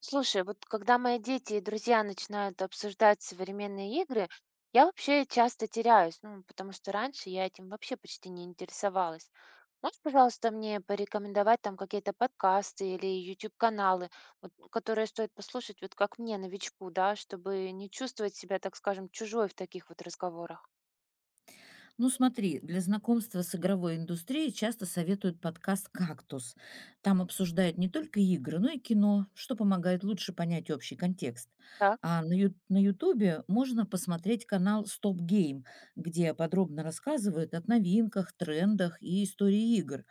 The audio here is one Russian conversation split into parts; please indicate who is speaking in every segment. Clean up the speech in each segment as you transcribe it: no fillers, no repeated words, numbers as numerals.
Speaker 1: Слушай, вот когда мои дети и друзья начинают обсуждать современные игры, я вообще часто теряюсь, ну, потому что раньше я этим вообще почти не интересовалась. Можешь, пожалуйста, мне порекомендовать там какие-то подкасты или YouTube-каналы, вот, которые стоит послушать, вот как мне, новичку, да, чтобы не чувствовать себя, так скажем, чужой в таких вот разговорах?
Speaker 2: Ну смотри, для знакомства с игровой индустрией часто советуют подкаст «Кактус». Там обсуждают не только игры, но и кино, что помогает лучше понять общий контекст.
Speaker 1: Так.
Speaker 2: А на Ютубе можно посмотреть канал «Стоп Гейм», где подробно рассказывают о новинках, трендах и истории игр.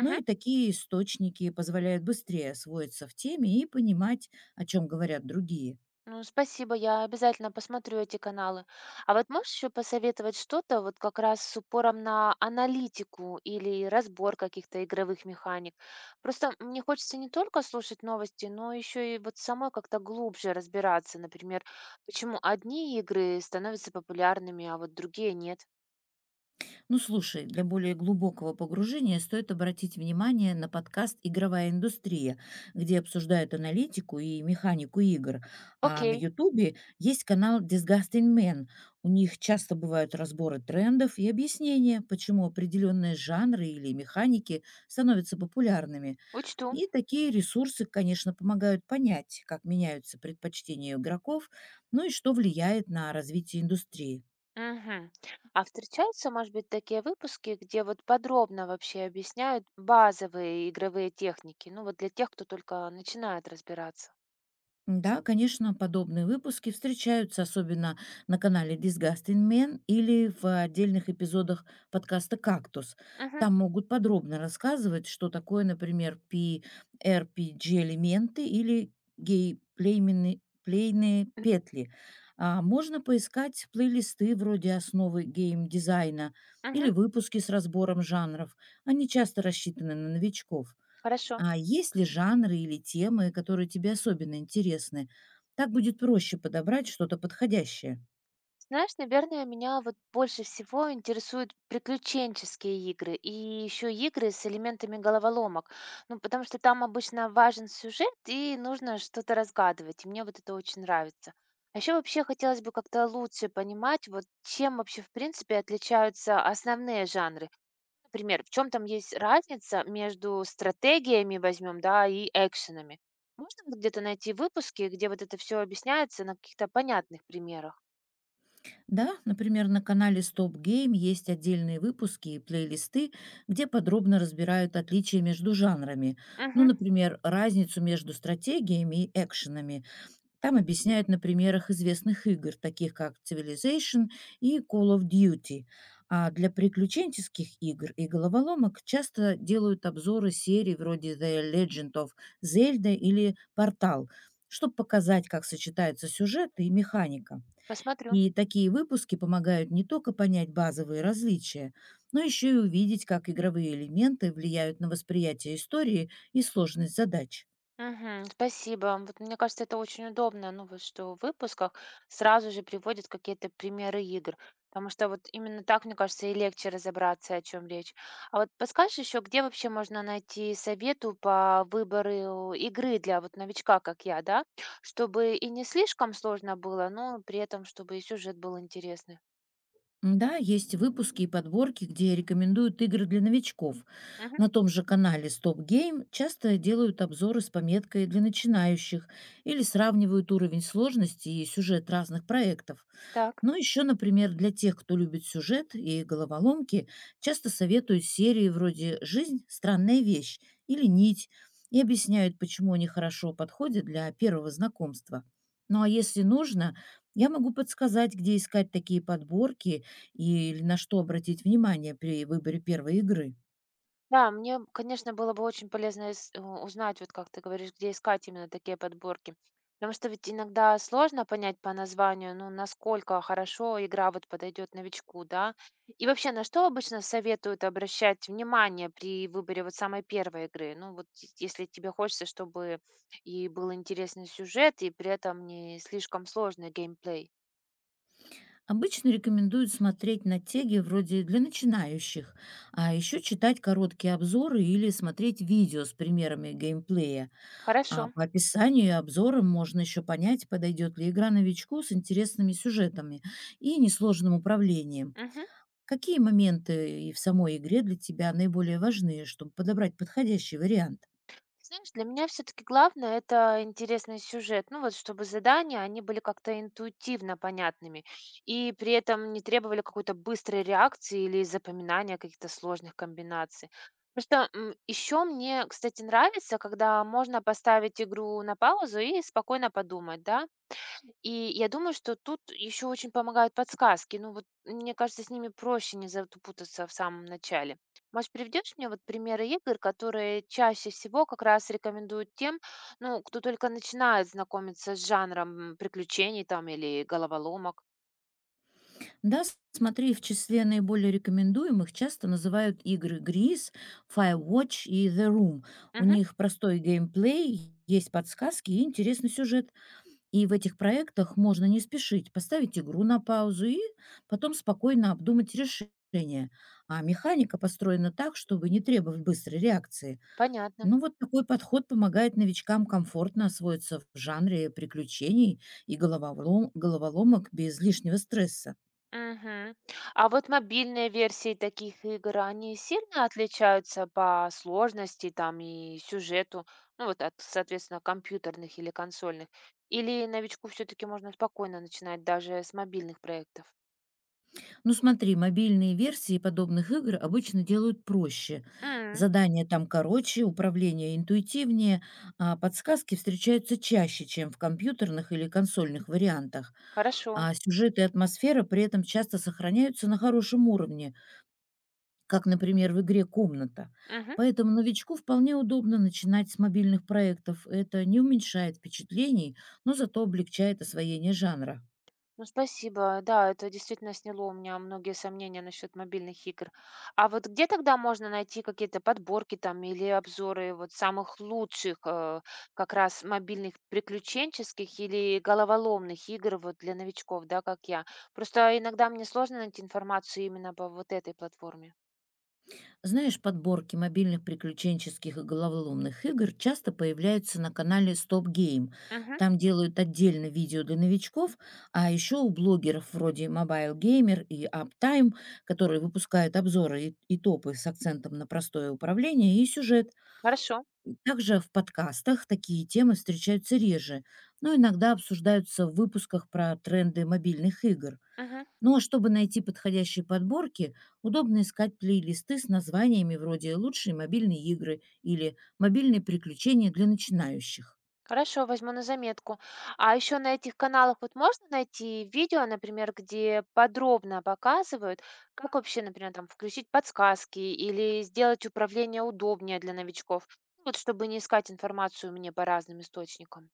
Speaker 2: Ну и такие источники позволяют быстрее освоиться в теме и понимать, о чем говорят другие.
Speaker 1: Ну, спасибо, я обязательно посмотрю эти каналы. А вот можешь еще посоветовать что-то вот как раз с упором на аналитику или разбор каких-то игровых механик? Просто мне хочется не только слушать новости, но еще и вот самой как-то глубже разбираться, например, почему одни игры становятся популярными, а вот другие нет.
Speaker 2: Ну слушай, для более глубокого погружения стоит обратить внимание на подкаст «Игровая индустрия», где обсуждают аналитику и механику игр. А на
Speaker 1: Окей,
Speaker 2: Ютубе есть канал «Disgusting Man». У них часто бывают разборы трендов и объяснения, почему определенные жанры или механики становятся популярными.
Speaker 1: учту.
Speaker 2: И такие ресурсы, конечно, помогают понять, как меняются предпочтения игроков, ну и что влияет на развитие индустрии.
Speaker 1: Мгм. А встречаются, может быть, такие выпуски, где вот подробно вообще объясняют базовые игровые техники, ну вот для тех, кто только начинает разбираться.
Speaker 2: Да, конечно, подобные выпуски встречаются особенно на канале Disgusting Men или в отдельных эпизодах подкаста «Кактус».
Speaker 1: Мгм.
Speaker 2: Там могут подробно рассказывать, что такое, например, p PRPG-элементы или гей-плейменные плейные петли. А можно поискать плейлисты вроде «Основы гейм-дизайна»
Speaker 1: Мгм.
Speaker 2: или выпуски с разбором жанров. Они часто рассчитаны на новичков.
Speaker 1: Хорошо.
Speaker 2: А есть ли жанры или темы, которые тебе особенно интересны? Так будет проще подобрать что-то подходящее.
Speaker 1: Знаешь, наверное, меня вот больше всего интересуют приключенческие игры и еще игры с элементами головоломок. Ну, потому что там обычно важен сюжет и нужно что-то разгадывать. И мне вот это очень нравится. А еще вообще хотелось бы как-то лучше понимать, вот чем вообще в принципе отличаются основные жанры. Например, в чем там есть разница между стратегиями, возьмем, да, и экшенами. Можно вот где-то найти выпуски, где вот это все объясняется на каких-то понятных примерах?
Speaker 2: Да, например, на канале Stop Game есть отдельные выпуски и плейлисты, где подробно разбирают отличия между жанрами. Ну, например, разницу между стратегиями и экшенами. Там объясняют на примерах известных игр, таких как Civilization и Call of Duty. А для приключенческих игр и головоломок часто делают обзоры серий вроде The Legend of Zelda или Portal, чтобы показать, как сочетаются сюжет и механика.
Speaker 1: Посмотрю.
Speaker 2: И такие выпуски помогают не только понять базовые различия, но еще и увидеть, как игровые элементы влияют на восприятие истории и сложность задач.
Speaker 1: Мгм. Спасибо. Вот мне кажется, это очень удобно, ну вот что в выпусках сразу же приводят какие-то примеры игр, потому что вот именно так, мне кажется, и легче разобраться, о чем речь. А вот подскажешь еще, где вообще можно найти совету по выбору игры для вот новичка, как я, да, чтобы и не слишком сложно было, но при этом, чтобы и сюжет был интересный.
Speaker 2: Да, есть выпуски и подборки, где рекомендуют игры для новичков.
Speaker 1: Мгм.
Speaker 2: На том же канале Stop Game часто делают обзоры с пометкой для начинающих или сравнивают уровень сложности и сюжет разных проектов.
Speaker 1: Так.
Speaker 2: Но еще, например, для тех, кто любит сюжет и головоломки, часто советуют серии вроде «Жизнь– странная вещь» или «Нить» и объясняют, почему они хорошо подходят для первого знакомства. Ну а если нужно, я могу подсказать, где искать такие подборки или на что обратить внимание при выборе первой игры.
Speaker 1: Да, мне, конечно, было бы очень полезно узнать, вот как ты говоришь, где искать именно такие подборки. Потому что ведь иногда сложно понять по названию, ну, насколько хорошо игра вот подойдет новичку, да? И вообще, на что обычно советуют обращать внимание при выборе вот самой первой игры? Ну, вот если тебе хочется, чтобы и был интересный сюжет, и при этом не слишком сложный геймплей.
Speaker 2: Обычно рекомендуют смотреть на теги вроде для начинающих, а еще читать короткие обзоры или смотреть видео с примерами геймплея.
Speaker 1: Хорошо.
Speaker 2: А по описанию и обзорам можно еще понять, подойдет ли игра новичку с интересными сюжетами и несложным управлением.
Speaker 1: Мгм.
Speaker 2: Какие моменты и в самой игре для тебя наиболее важны, чтобы подобрать подходящий вариант?
Speaker 1: Знаешь, для меня все-таки главное это интересный сюжет. Ну вот, чтобы задания, они были как-то интуитивно понятными и при этом не требовали какой-то быстрой реакции или запоминания каких-то сложных комбинаций. Просто еще мне, кстати, нравится, когда можно поставить игру на паузу и спокойно подумать, да, и я думаю, что тут еще очень помогают подсказки. Ну вот, мне кажется, с ними проще не запутаться в самом начале. Может, приведешь мне вот примеры игр, которые чаще всего как раз рекомендуют тем, ну, кто только начинает знакомиться с жанром приключений там или головоломок?
Speaker 2: Смотри, в числе наиболее рекомендуемых часто называют игры Gris, Firewatch и The Room. У
Speaker 1: Угу,
Speaker 2: них простой геймплей, есть подсказки и интересный сюжет. И в этих проектах можно не спешить, поставить игру на паузу и потом спокойно обдумать решение. А механика построена так, чтобы не требовать быстрой реакции.
Speaker 1: понятно.
Speaker 2: Ну вот такой подход помогает новичкам комфортно освоиться в жанре приключений и головоломок без лишнего стресса.
Speaker 1: Мгм. А вот мобильные версии таких игр, они сильно отличаются по сложности там и сюжету, ну вот от, соответственно, компьютерных или консольных? Или новичку все-таки можно спокойно начинать даже с мобильных проектов?
Speaker 2: Ну смотри, мобильные версии подобных игр обычно делают проще.
Speaker 1: М,
Speaker 2: Задания там короче, управление интуитивнее, а подсказки встречаются чаще, чем в компьютерных или консольных вариантах.
Speaker 1: Хорошо.
Speaker 2: А сюжет и атмосфера при этом часто сохраняются на хорошем уровне, как, например, в игре «Комната».
Speaker 1: Мгм.
Speaker 2: Поэтому новичку вполне удобно начинать с мобильных проектов. Это не уменьшает впечатлений, но зато облегчает освоение жанра.
Speaker 1: Ну, спасибо. Да, это действительно сняло у меня многие сомнения насчет мобильных игр. А вот где тогда можно найти какие-то подборки там или обзоры вот самых лучших как раз мобильных приключенческих или головоломных игр вот для новичков, да, как я? Просто иногда мне сложно найти информацию именно по вот этой платформе.
Speaker 2: Знаешь, подборки мобильных приключенческих и головоломных игр часто появляются на канале Stop Game.
Speaker 1: Мгм.
Speaker 2: Там делают отдельно видео для новичков, а еще у блогеров вроде Mobile Gamer и Uptime, которые выпускают обзоры и топы с акцентом на простое управление и сюжет.
Speaker 1: Хорошо.
Speaker 2: Также в подкастах такие темы встречаются реже, но иногда обсуждаются в выпусках про тренды мобильных игр.
Speaker 1: Мгм.
Speaker 2: Ну а чтобы найти подходящие подборки, удобно искать плейлисты с названиями вроде «Лучшие мобильные игры» или «Мобильные приключения для начинающих».
Speaker 1: Хорошо, возьму на заметку. А еще на этих каналах вот можно найти видео, например, где подробно показывают, как вообще, например, там включить подсказки или сделать управление удобнее для новичков, ну, вот чтобы не искать информацию мне по разным источникам.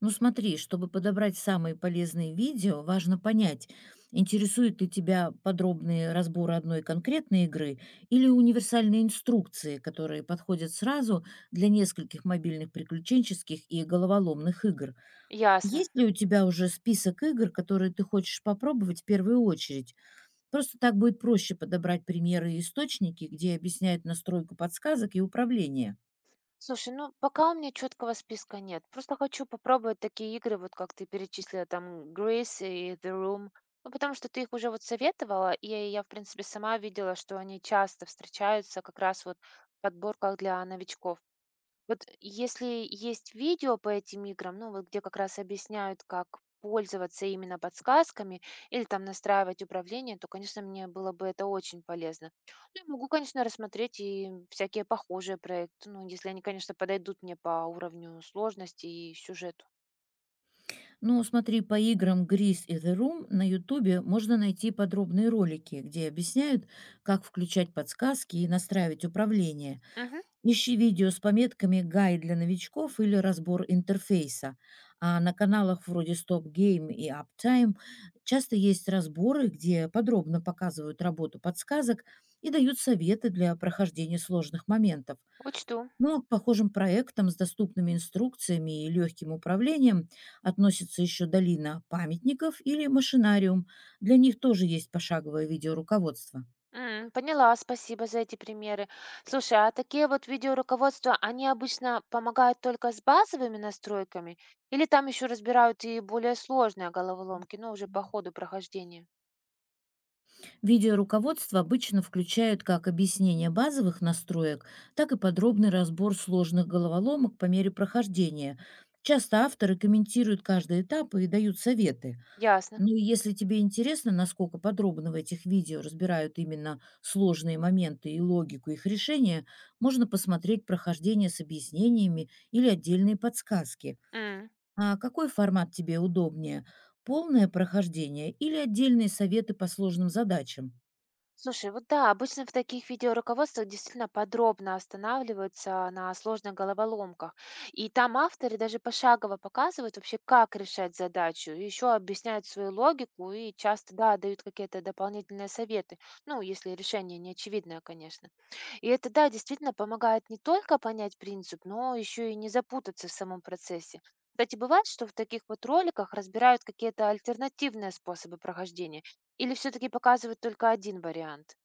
Speaker 2: Ну смотри, чтобы подобрать самые полезные видео, важно понять, интересуют ли тебя подробные разборы одной конкретной игры или универсальные инструкции, которые подходят сразу для нескольких мобильных приключенческих и головоломных игр.
Speaker 1: Ясно.
Speaker 2: Есть ли у тебя уже список игр, которые ты хочешь попробовать в первую очередь? Просто так будет проще подобрать примеры и источники, где объясняют настройку подсказок и управление.
Speaker 1: Слушай, ну пока у меня четкого списка нет. Просто хочу попробовать такие игры, вот как ты перечислила, там Grace и The Room. Ну, потому что ты их уже вот советовала, и я, в принципе, сама видела, что они часто встречаются как раз вот в подборках для новичков. Вот если есть видео по этим играм, ну вот где как раз объясняют, как пользоваться именно подсказками или там настраивать управление, то, конечно, мне было бы это очень полезно. Ну, я могу, конечно, рассмотреть и всякие похожие проекты, ну, если они, конечно, подойдут мне по уровню сложности и сюжету.
Speaker 2: Ну, смотри, по играм Gris и The Room на Ютубе можно найти подробные ролики, где объясняют, как включать подсказки и настраивать управление.
Speaker 1: Мгм.
Speaker 2: Ищи видео с пометками «Гайд для новичков» или «Разбор интерфейса». А на каналах вроде Stop Game и Uptime часто есть разборы, где подробно показывают работу подсказок и дают советы для прохождения сложных моментов.
Speaker 1: Учту.
Speaker 2: Но к похожим проектам с доступными инструкциями и легким управлением относится еще долина памятников или машинариум. Для них тоже есть пошаговое видеоруководство.
Speaker 1: М, поняла, спасибо за эти примеры. Слушай, а такие вот видеоруководства, они обычно помогают только с базовыми настройками или там еще разбирают и более сложные головоломки, ну, уже по ходу прохождения?
Speaker 2: Видеоруководство обычно включают как объяснение базовых настроек, так и подробный разбор сложных головоломок по мере прохождения. Часто авторы комментируют каждый этап и дают советы.
Speaker 1: Ясно.
Speaker 2: Ну, и если тебе интересно, насколько подробно в этих видео разбирают именно сложные моменты и логику их решения, можно посмотреть прохождение с объяснениями или отдельные подсказки.
Speaker 1: М.
Speaker 2: А какой формат тебе удобнее? Полное прохождение или отдельные советы по сложным задачам?
Speaker 1: Слушай, вот да, обычно в таких видеоруководствах действительно подробно останавливаются на сложных головоломках. И там авторы даже пошагово показывают вообще, как решать задачу, еще объясняют свою логику и часто, да, дают какие-то дополнительные советы. Ну, если решение не очевидное, конечно. И это, да, действительно помогает не только понять принцип, но еще и не запутаться в самом процессе. Кстати, бывает, что в таких вот роликах разбирают какие-то альтернативные способы прохождения, или все-таки показывают только один вариант?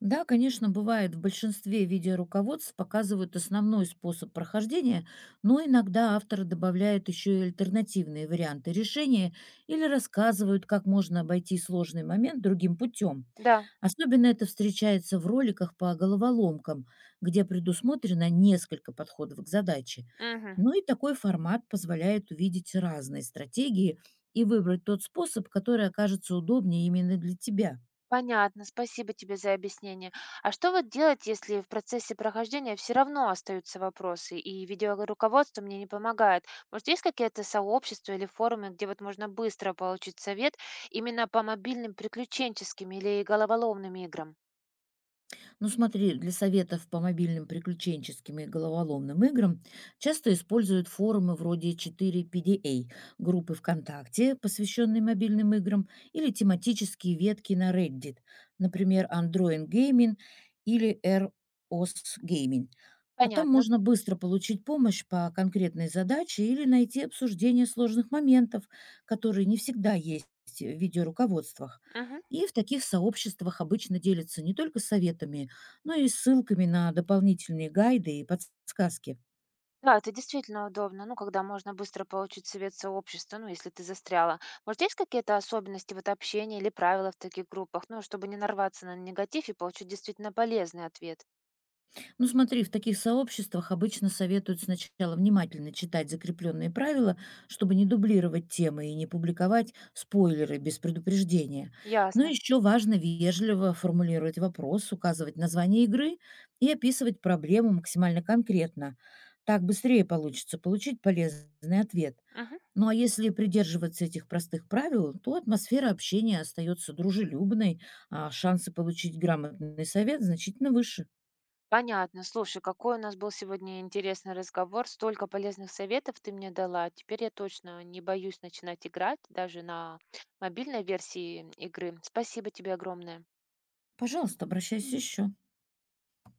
Speaker 2: Да, конечно, бывает. В большинстве видеоруководств показывают основной способ прохождения, но иногда авторы добавляют еще и альтернативные варианты решения или рассказывают, как можно обойти сложный момент другим путем.
Speaker 1: Да.
Speaker 2: Особенно это встречается в роликах по головоломкам, где предусмотрено несколько подходов к задаче.
Speaker 1: Мгм.
Speaker 2: Ну и такой формат позволяет увидеть разные стратегии и выбрать тот способ, который окажется удобнее именно для тебя.
Speaker 1: Понятно, спасибо тебе за объяснение. А что вот делать, если в процессе прохождения все равно остаются вопросы, и видеоруководство мне не помогает? Может, есть какие-то сообщества или форумы, где вот можно быстро получить совет именно по мобильным приключенческим или головоломным играм?
Speaker 2: Ну смотри, для советов по мобильным приключенческим и головоломным играм часто используют форумы вроде 4PDA, группы ВКонтакте, посвященные мобильным играм, или тематические ветки на Reddit, например, Android Gaming или ROS Gaming. А там
Speaker 1: Понятно.
Speaker 2: можно быстро получить помощь по конкретной задаче или найти обсуждение сложных моментов, которые не всегда есть в видеоруководствах.
Speaker 1: Мгм.
Speaker 2: И в таких сообществах обычно делятся не только советами, ну и ссылками на дополнительные гайды и подсказки.
Speaker 1: Да, это действительно удобно, ну, когда можно быстро получить совет сообщества, ну, если ты застряла. Может, есть какие-то особенности вот общения или правила в таких группах, ну, чтобы не нарваться на негатив и получить действительно полезный ответ?
Speaker 2: Ну смотри, в таких сообществах обычно советуют сначала внимательно читать закрепленные правила, чтобы не дублировать темы и не публиковать спойлеры без предупреждения. Но
Speaker 1: Ясно.
Speaker 2: еще важно вежливо формулировать вопрос, указывать название игры и описывать проблему максимально конкретно. Так быстрее получится получить полезный ответ.
Speaker 1: Мгм.
Speaker 2: Ну а если придерживаться этих простых правил, то атмосфера общения остается дружелюбной, а шансы получить грамотный совет значительно выше.
Speaker 1: Понятно. Слушай, какой у нас был сегодня интересный разговор. Столько полезных советов ты мне дала. Теперь я точно не боюсь начинать играть даже на мобильной версии игры. Спасибо тебе огромное.
Speaker 2: Пожалуйста, обращайся еще.